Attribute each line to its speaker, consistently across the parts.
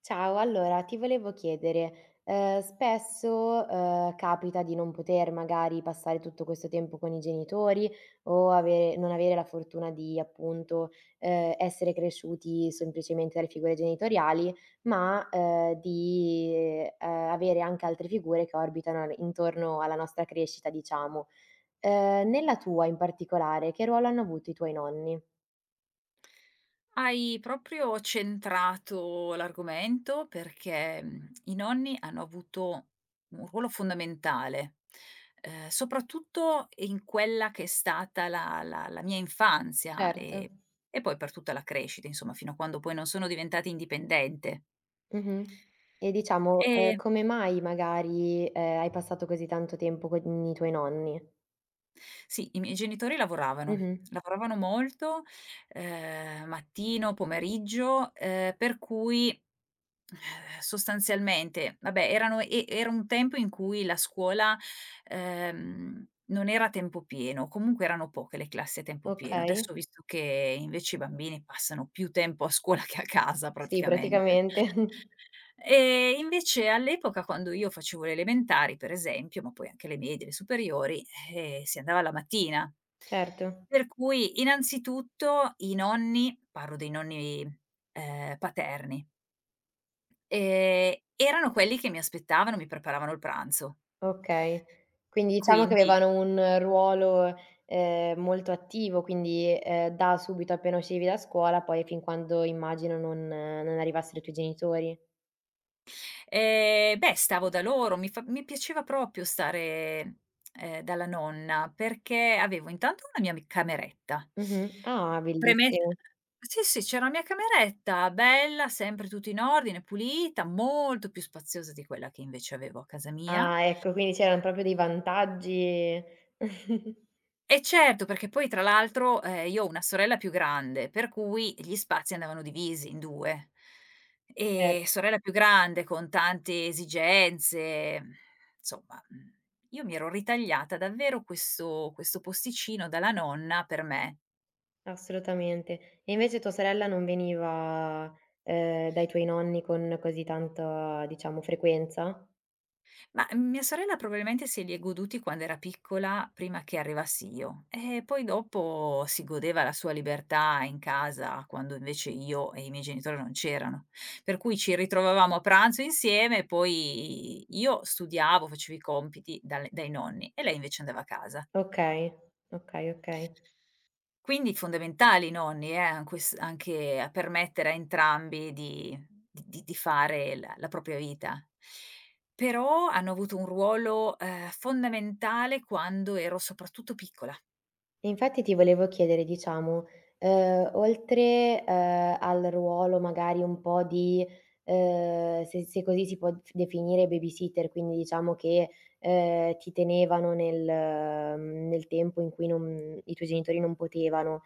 Speaker 1: Ciao, allora ti volevo chiedere, spesso, capita di non poter magari passare tutto questo tempo con i genitori o ave non avere la fortuna di, appunto, essere cresciuti semplicemente dalle figure genitoriali, ma, di, avere anche altre figure che orbitano al intorno alla nostra crescita, diciamo. Nella tua in particolare, che ruolo hanno avuto i tuoi nonni?
Speaker 2: Hai proprio centrato l'argomento perché, i nonni hanno avuto un ruolo fondamentale, soprattutto in quella che è stata la mia infanzia
Speaker 1: Certo.
Speaker 2: e poi per tutta la crescita, insomma, fino a quando poi non sono diventata indipendente.
Speaker 1: Mh-mh. E diciamo,
Speaker 2: E
Speaker 1: come mai magari, hai passato così tanto tempo con i tuoi nonni?
Speaker 2: Sì, i miei genitori lavoravano,
Speaker 1: Mh-mh.
Speaker 2: lavoravano molto, mattino, pomeriggio, per cui, sostanzialmente vabbè era un tempo in cui la scuola, non era a tempo pieno, comunque erano poche le classi a tempo pieno.
Speaker 1: Okay.
Speaker 2: Adesso ho visto che invece i bambini passano più tempo a scuola che a casa
Speaker 1: Sì,
Speaker 2: praticamente.
Speaker 1: praticamente.
Speaker 2: Invece all'epoca quando io facevo le elementari per esempio, ma poi anche le medie, le superiori, si andava la mattina.
Speaker 1: Certo.
Speaker 2: Per cui innanzitutto i nonni, parlo dei nonni, paterni, erano quelli che mi aspettavano, mi preparavano il pranzo.
Speaker 1: Okay. Quindi diciamo che
Speaker 2: Quindi
Speaker 1: avevano un ruolo, molto attivo, quindi, da subito appena uscivi da scuola, poi fin quando immagino non arrivassero i tuoi genitori.
Speaker 2: beh, stavo da loro, mi piaceva proprio stare, dalla nonna perché avevo intanto una mia mi cameretta.
Speaker 1: Mh-mh. Ah,
Speaker 2: Premessa,
Speaker 1: bellissimo.
Speaker 2: sì, sì, c'è la mia cameretta, bella, sempre tutto in ordine, pulita, molto più spaziosa di quella che invece avevo a casa mia.
Speaker 1: Ah, ecco, quindi c'erano proprio dei vantaggi.
Speaker 2: E certo, perché poi tra l'altro, io ho una sorella più grande, per cui gli spazi andavano divisi in 2.
Speaker 1: Cer
Speaker 2: Sorella più grande con tante esigenze, insomma, io mi ero ritagliata davvero questo posticino dalla nonna per me.
Speaker 1: Assolutamente. E invece tua sorella non veniva, dai tuoi nonni con così tanta, diciamo, frequenza?
Speaker 2: Ma, mia sorella probabilmente se li è goduti quando era piccola, prima che arrivassi io, e poi dopo si godeva la sua libertà in casa, quando invece io e i miei genitori non c'erano. Per cui ci ritrovavamo a pranzo insieme, poi io studiavo, facevo i compiti dal dai nonni e lei invece andava a casa.
Speaker 1: Okay, okay, okay.
Speaker 2: Quindi fondamentali i nonni, an ques anche a permettere a entrambi di fare la propria vita. Però hanno avuto un ruolo, fondamentale quando ero soprattutto piccola.
Speaker 1: Infatti ti volevo chiedere, diciamo, oltre, al ruolo magari un po' di, se così si può d definire babysitter, quindi diciamo che, ti tenevano nel mhmm, nel tempo in cui non i tuoi genitori non potevano.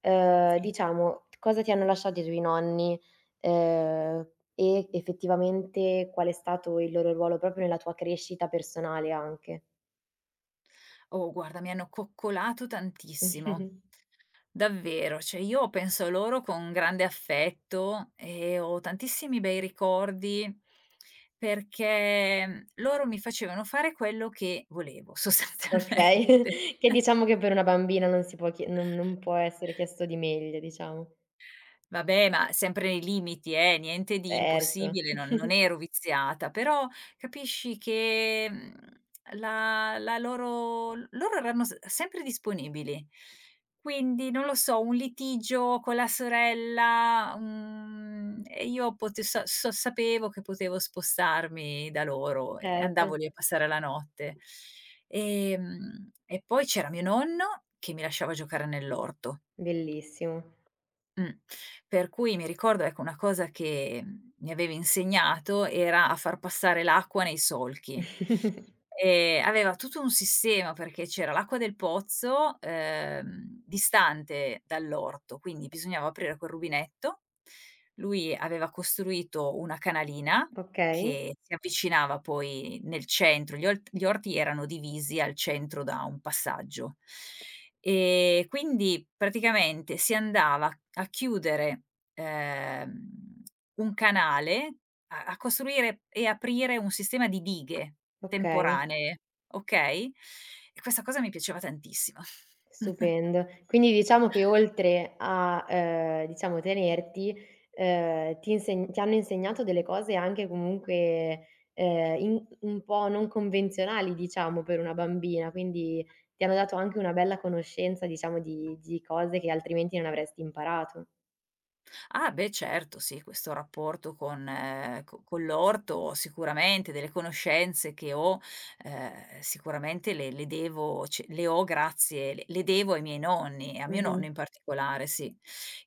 Speaker 1: Ehm,
Speaker 2: Sì.
Speaker 1: diciamo, cosa ti hanno lasciato i tuoi nonni, ehm, e effettivamente qual è stato il loro ruolo proprio nella tua crescita personale anche?
Speaker 2: Oh, guarda, mi hanno coccolato tantissimo, davvero. Cioè, io penso a loro con grande affetto e ho tantissimi bei ricordi perché, loro mi facevano fare quello che volevo sostanzialmente.
Speaker 1: Okay, che diciamo che per una bambina non si può chie non può essere chiesto di meglio, diciamo.
Speaker 2: Vabbè, ma sempre nei limiti niente di
Speaker 1: Certo,
Speaker 2: impossibile, non non ero viziata, però capisci che, la la loro erano s sempre disponibili. Quindi, non lo so, un litigio con la sorella, e io pote sa so sapevo che potevo spostarmi da loro e
Speaker 1: certo,
Speaker 2: andavo lì a passare la notte. E poi c'era mio nonno che mi lasciava giocare nell'orto.
Speaker 1: bellissimo.
Speaker 2: Mh. Per cui mi ricordo, ecco, una cosa che, mi avevi insegnato era a far passare l'acqua nei solchi. Aveva tutto un sistema perché c'era l'acqua del pozzo, distante dall'orto, quindi bisognava aprire quel rubinetto. Lui aveva costruito una canalina
Speaker 1: Okay,
Speaker 2: che si avvicinava poi nel centro, gli orti erano divisi al centro da un passaggio. E quindi praticamente si andava a chiudere, ehm, un canale, a costruire e aprire un sistema di dighe.
Speaker 1: okay.
Speaker 2: Temporanee, okay? E questa cosa mi piaceva tantissimo.
Speaker 1: Stupendo. Quindi diciamo che oltre a, diciamo tenerti, ti hanno insegnato delle cose anche comunque, in un po' non convenzionali diciamo per una bambina, quindi ti hanno dato anche una bella conoscenza diciamo di cose che altrimenti non avresti imparato.
Speaker 2: Ah beh certo sì, questo rapporto con co con l'orto sicuramente, delle conoscenze che ho, sicuramente le devo ce le ho grazie le devo ai miei nonni, e a mio
Speaker 1: Mh-mh.
Speaker 2: nonno in particolare, sì.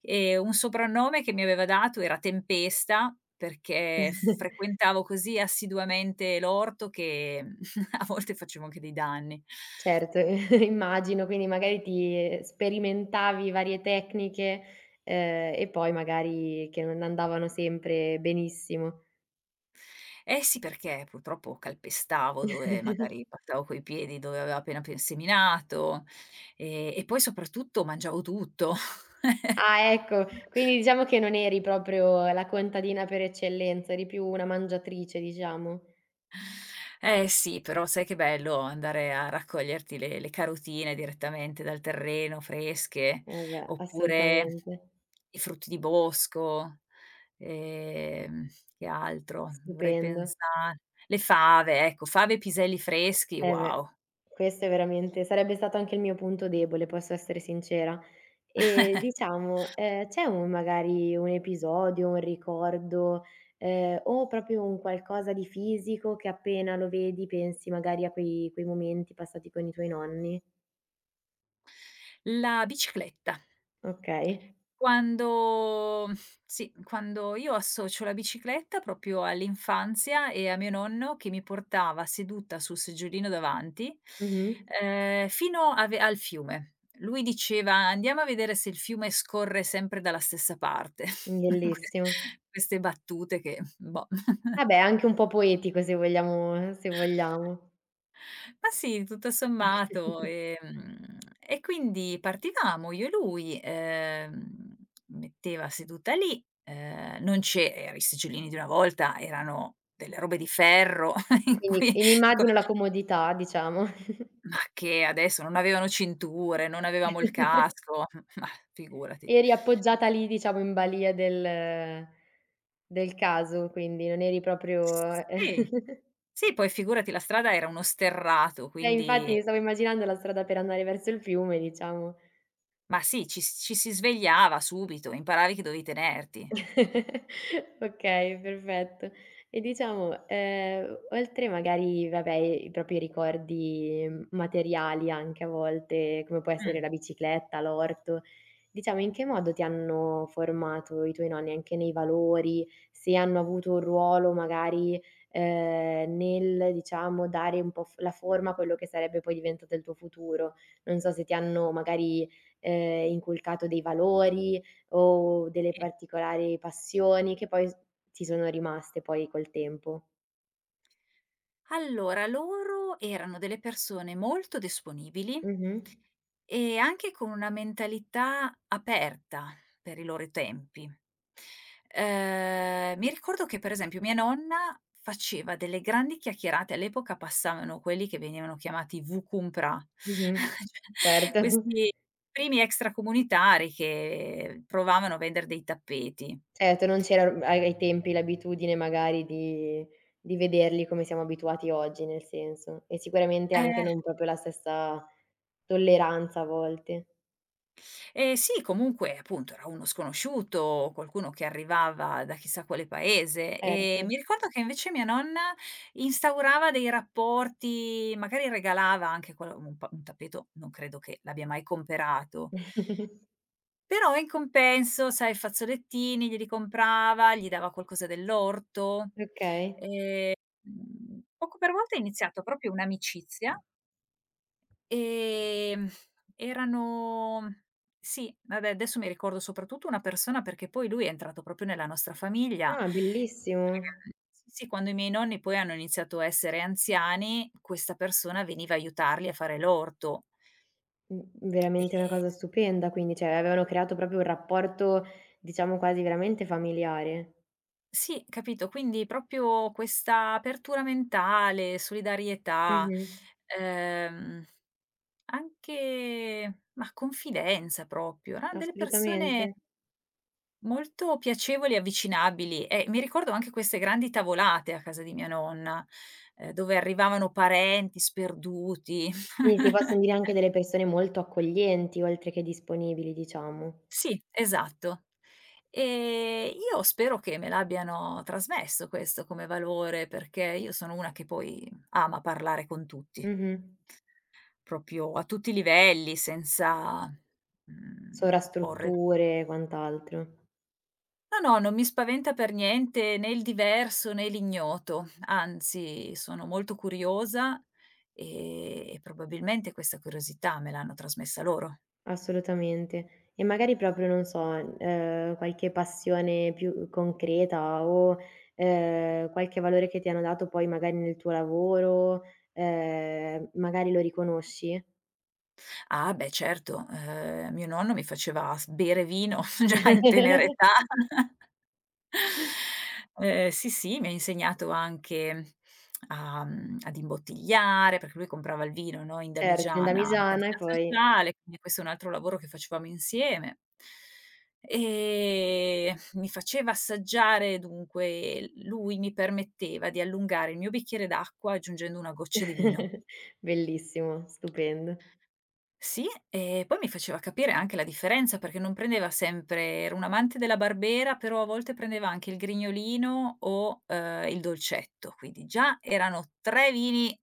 Speaker 2: E un soprannome che mi aveva dato era Tempesta, perché frequentavo così assiduamente l'orto che a volte facevo anche dei danni.
Speaker 1: Certo, immagino, quindi magari ti sperimentavi varie tecniche, e poi magari che non andavano sempre benissimo.
Speaker 2: Eh sì, perché purtroppo calpestavo dove magari passavo coi piedi, dove aveva appena pe seminato, e poi soprattutto mangiavo tutto.
Speaker 1: Ah, ecco. Quindi diciamo che non eri proprio la contadina per eccellenza, eri più una mangiatrice, diciamo.
Speaker 2: Eh sì, però sai che bello andare a raccoglierti le carotine direttamente dal terreno, fresche,
Speaker 1: Eh beh,
Speaker 2: oppure
Speaker 1: assolutamente.
Speaker 2: i frutti di bosco, ehm, che altro? Dovrei
Speaker 1: Stupendo.
Speaker 2: pensa le fave, ecco, fave e piselli freschi,
Speaker 1: Eh beh,
Speaker 2: wow.
Speaker 1: questo è veramente sarebbe stato anche il mio punto debole, posso essere sincera. E diciamo, c'è un magari un episodio, un ricordo, o proprio un qualcosa di fisico che appena lo vedi pensi magari a quei momenti passati con i tuoi nonni?
Speaker 2: La bicicletta.
Speaker 1: Okay.
Speaker 2: Quando sì, quando io associo la bicicletta proprio all'infanzia e a mio nonno che mi portava seduta sul seggiolino davanti,
Speaker 1: Mh-mh.
Speaker 2: fino a ve al fiume. Lui diceva: "Andiamo a vedere se il fiume scorre sempre dalla stessa parte". Ques
Speaker 1: Bellissimo.
Speaker 2: queste battute che boh.
Speaker 1: Eh beh, anche un po' poetico se vogliamo.
Speaker 2: Ma sì, tutto sommato, e quindi partivamo io e lui, metteva seduta lì, non c'e i sigillini di una volta erano delle robe di ferro in
Speaker 1: Quindi
Speaker 2: cui
Speaker 1: e mi
Speaker 2: co
Speaker 1: immagino la comodità, diciamo.
Speaker 2: ma che adesso non avevano cinture, non avevamo il casco, ma figurati.
Speaker 1: Eri appoggiata lì, diciamo, in balia del caso, quindi non eri proprio.
Speaker 2: Sì, sì, poi figurati la strada era uno sterrato,
Speaker 1: Eh, infatti
Speaker 2: quindi
Speaker 1: mi stavo immaginando la strada per andare verso il fiume, diciamo.
Speaker 2: ma sì, ci si svegliava subito, imparavi che dovevi tenerti.
Speaker 1: Okay, perfetto. E diciamo, oltre magari, vabbè, i propri ricordi, mhmm, materiali anche a volte, come può essere la
Speaker 2: Mh,
Speaker 1: bicicletta, l'orto, diciamo in che modo ti hanno formato i tuoi nonni, anche nei valori, se hanno avuto un ruolo magari, nel, diciamo, dare un po' f la forma a quello che sarebbe poi diventato il tuo futuro. Non so se ti hanno magari, inculcato dei valori, o delle
Speaker 2: sì.
Speaker 1: particolari passioni che poi s ti sono rimaste poi col tempo.
Speaker 2: Allora, loro erano delle persone molto disponibili
Speaker 1: Mh-mh.
Speaker 2: e anche con una mentalità aperta per i loro tempi. Mi ricordo che per esempio mia nonna faceva delle grandi chiacchierate, all'epoca passavano quelli che venivano chiamati "wukumpra",
Speaker 1: Mh-mh.
Speaker 2: cioè
Speaker 1: Certo.
Speaker 2: questi primi extracomunitari che provavano a vendere dei tappeti.
Speaker 1: Certo, non c'era a ai tempi l'abitudine magari di vederli come siamo abituati oggi, nel senso. E sicuramente anche
Speaker 2: Eh.
Speaker 1: non proprio la stessa tolleranza a volte.
Speaker 2: Eh sì, comunque appunto era uno sconosciuto, qualcuno che arrivava da chissà quale paese e
Speaker 1: Certo.
Speaker 2: mi ricordo che invece mia nonna instaurava dei rapporti, magari regalava anche quello un tappeto non credo che l'abbia mai comperato, però in compenso, sai, fazzolettini glieli comprava, gli dava qualcosa dell'orto.
Speaker 1: Okay.
Speaker 2: Ehm, poco per volta è iniziato proprio un'amicizia. Ehm, erano sì, vabbè adesso mi ricordo soprattutto una persona perché poi lui è entrato proprio nella nostra famiglia.
Speaker 1: Ah, bellissimo.
Speaker 2: Sì, sì, quando i miei nonni poi hanno iniziato a essere anziani, questa persona veniva a aiutarli a fare l'orto.
Speaker 1: Mh,
Speaker 2: Ehm,
Speaker 1: veramente una cosa stupenda quindi, cioè avevano creato proprio un rapporto, diciamo quasi veramente familiare.
Speaker 2: sì, capito, quindi proprio questa apertura mentale, solidarietà,
Speaker 1: Mh-mh.
Speaker 2: ehm, anche, mah, confidenza proprio. Eran delle persone
Speaker 1: Assolutamente.
Speaker 2: molto piacevoli e avvicinabili e mi ricordo anche queste grandi tavolate a casa di mia nonna, dove arrivavano parenti sperduti.
Speaker 1: Quindi si possono dire anche delle persone molto accoglienti, oltre che disponibili, diciamo.
Speaker 2: Sì, esatto. Io spero che me l'abbiano trasmesso questo come valore, perché io sono una che poi ama parlare con tutti,
Speaker 1: Mh-mh.
Speaker 2: proprio a tutti i livelli senza, porre.
Speaker 1: Sovrastrutture e quant'altro.
Speaker 2: No, no, non mi spaventa per niente né il diverso né l'ignoto, anzi sono molto curiosa, e probabilmente questa curiosità me l'hanno trasmessa loro.
Speaker 1: Assolutamente. E magari proprio, non so, qualche passione più concreta o, qualche valore che ti hanno dato poi magari nel tuo lavoro, magari lo riconosci?
Speaker 2: Ah beh certo, mio nonno mi faceva s bere vino già in tenera età. Sì, sì, mi ha insegnato anche a ad imbottigliare, perché lui comprava il vino, no, in
Speaker 1: Certo, in
Speaker 2: damigiana alla
Speaker 1: damigiana e
Speaker 2: cantina
Speaker 1: poi.
Speaker 2: sociale, quindi questo è un altro lavoro che facevamo insieme. Mi faceva assaggiare dunque lui mi permetteva di allungare il mio bicchiere d'acqua aggiungendo una goccia di vino.
Speaker 1: Bellissimo, stupendo.
Speaker 2: Sì, e poi mi faceva capire anche la differenza perché non prendeva sempre era un amante della Barbera, però a volte prendeva anche il Grignolino o, il Dolcetto, quindi già erano 3 vini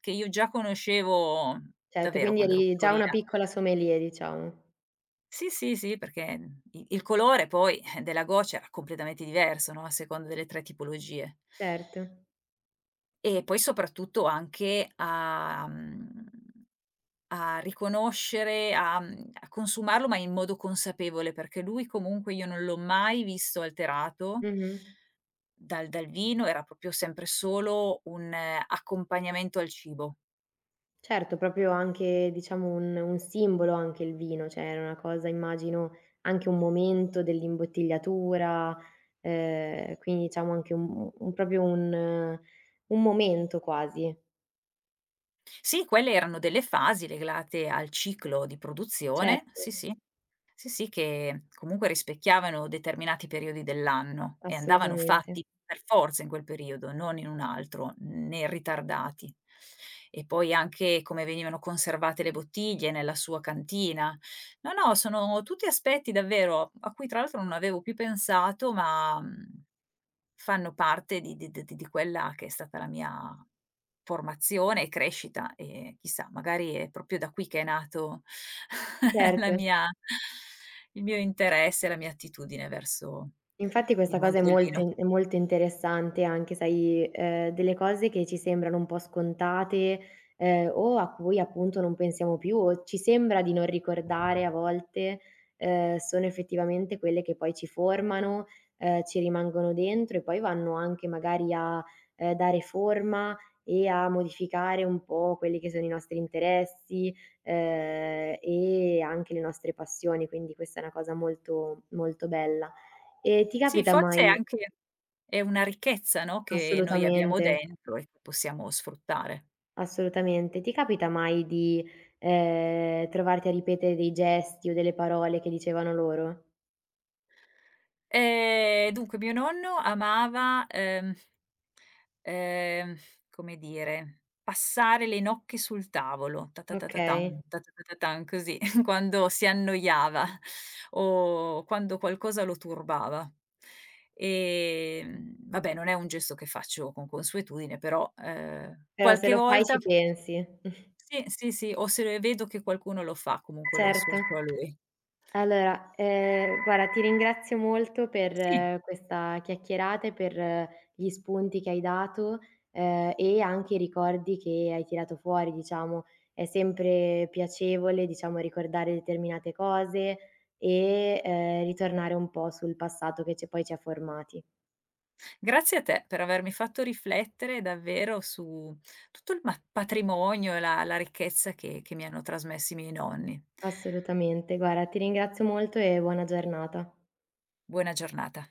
Speaker 2: che io già conoscevo
Speaker 1: Certo,
Speaker 2: davvero
Speaker 1: quindi
Speaker 2: quando ero
Speaker 1: eri già una
Speaker 2: piccolina.
Speaker 1: piccola sommelier diciamo.
Speaker 2: Sì, sì, sì, perché, i il colore poi, della goccia era completamente diverso, no, a seconda delle 3 tipologie.
Speaker 1: Certo.
Speaker 2: E poi soprattutto anche a riconoscere, a a consumarlo, ma in modo consapevole, perché lui comunque io non l'ho mai visto alterato
Speaker 1: Mh-mh.
Speaker 2: dal vino, era proprio sempre solo un accompagnamento al cibo.
Speaker 1: Certo, proprio anche diciamo un simbolo anche il vino, cioè era una cosa immagino anche un momento dell'imbottigliatura, quindi diciamo anche un proprio un momento quasi.
Speaker 2: Sì, quelle erano delle fasi legate al ciclo di produzione,
Speaker 1: Certo,
Speaker 2: sì, sì. Sì, sì, che comunque rispecchiavano determinati periodi dell'anno e andavano
Speaker 1: assolutamente.
Speaker 2: fatti per forza in quel periodo, non in un altro, né ritardati. E poi anche come venivano conservate le bottiglie nella sua cantina. No, no, sono tutti aspetti davvero a cui tra l'altro non avevo più pensato, ma, mhmm fanno parte di d d di quella che è stata la mia formazione e crescita e chissà, magari è proprio da qui che è nato la
Speaker 1: Certo.
Speaker 2: mia il mio interesse, la mia attitudine verso
Speaker 1: Infatti
Speaker 2: il
Speaker 1: questa cosa è
Speaker 2: mondo del
Speaker 1: molto
Speaker 2: vino.
Speaker 1: in è molto interessante anche, sai, delle cose che ci sembrano un po' scontate, o a cui appunto non pensiamo più o ci sembra di non ricordare a volte, sono effettivamente quelle che poi ci formano, ci rimangono dentro e poi vanno anche magari a, dare forma e a modificare un po' quelli che sono i nostri interessi, e anche le nostre passioni, quindi questa è una cosa molto, molto bella. E ti
Speaker 2: Sì,
Speaker 1: capita mai
Speaker 2: forse è una ricchezza, no, che noi abbiamo
Speaker 1: Assolutamente,
Speaker 2: dentro e che possiamo sfruttare.
Speaker 1: assolutamente. Ti capita mai di, trovarti a ripetere dei gesti o delle parole che dicevano loro?
Speaker 2: Dunque mio nonno amava, Ehm, come dire, passare le nocche sul tavolo, ta ta ta ta
Speaker 1: Okay,
Speaker 2: tan, ta ta ta ta tan, così, quando si annoiava o quando qualcosa lo turbava. Vabbè, non è un gesto che faccio con consuetudine, però,
Speaker 1: però se
Speaker 2: qualche
Speaker 1: lo fai
Speaker 2: volta
Speaker 1: ci pensi.
Speaker 2: sì, sì, sì, o se vedo che qualcuno lo fa, comunque lo
Speaker 1: Certo.
Speaker 2: associo a lui.
Speaker 1: Allora, guarda ti ringrazio molto per
Speaker 2: Sì.
Speaker 1: questa chiacchierata e per gli spunti che hai dato, e anche i ricordi che hai tirato fuori, diciamo. È sempre piacevole, diciamo, ricordare determinate cose e, ritornare un po' sul passato che ci ha formati.
Speaker 2: Grazie a te per avermi fatto riflettere davvero su tutto il patrimonio e la ricchezza che mi hanno trasmesso i miei nonni.
Speaker 1: Assolutamente. Guarda, ti ringrazio molto e buona giornata.
Speaker 2: Buona giornata.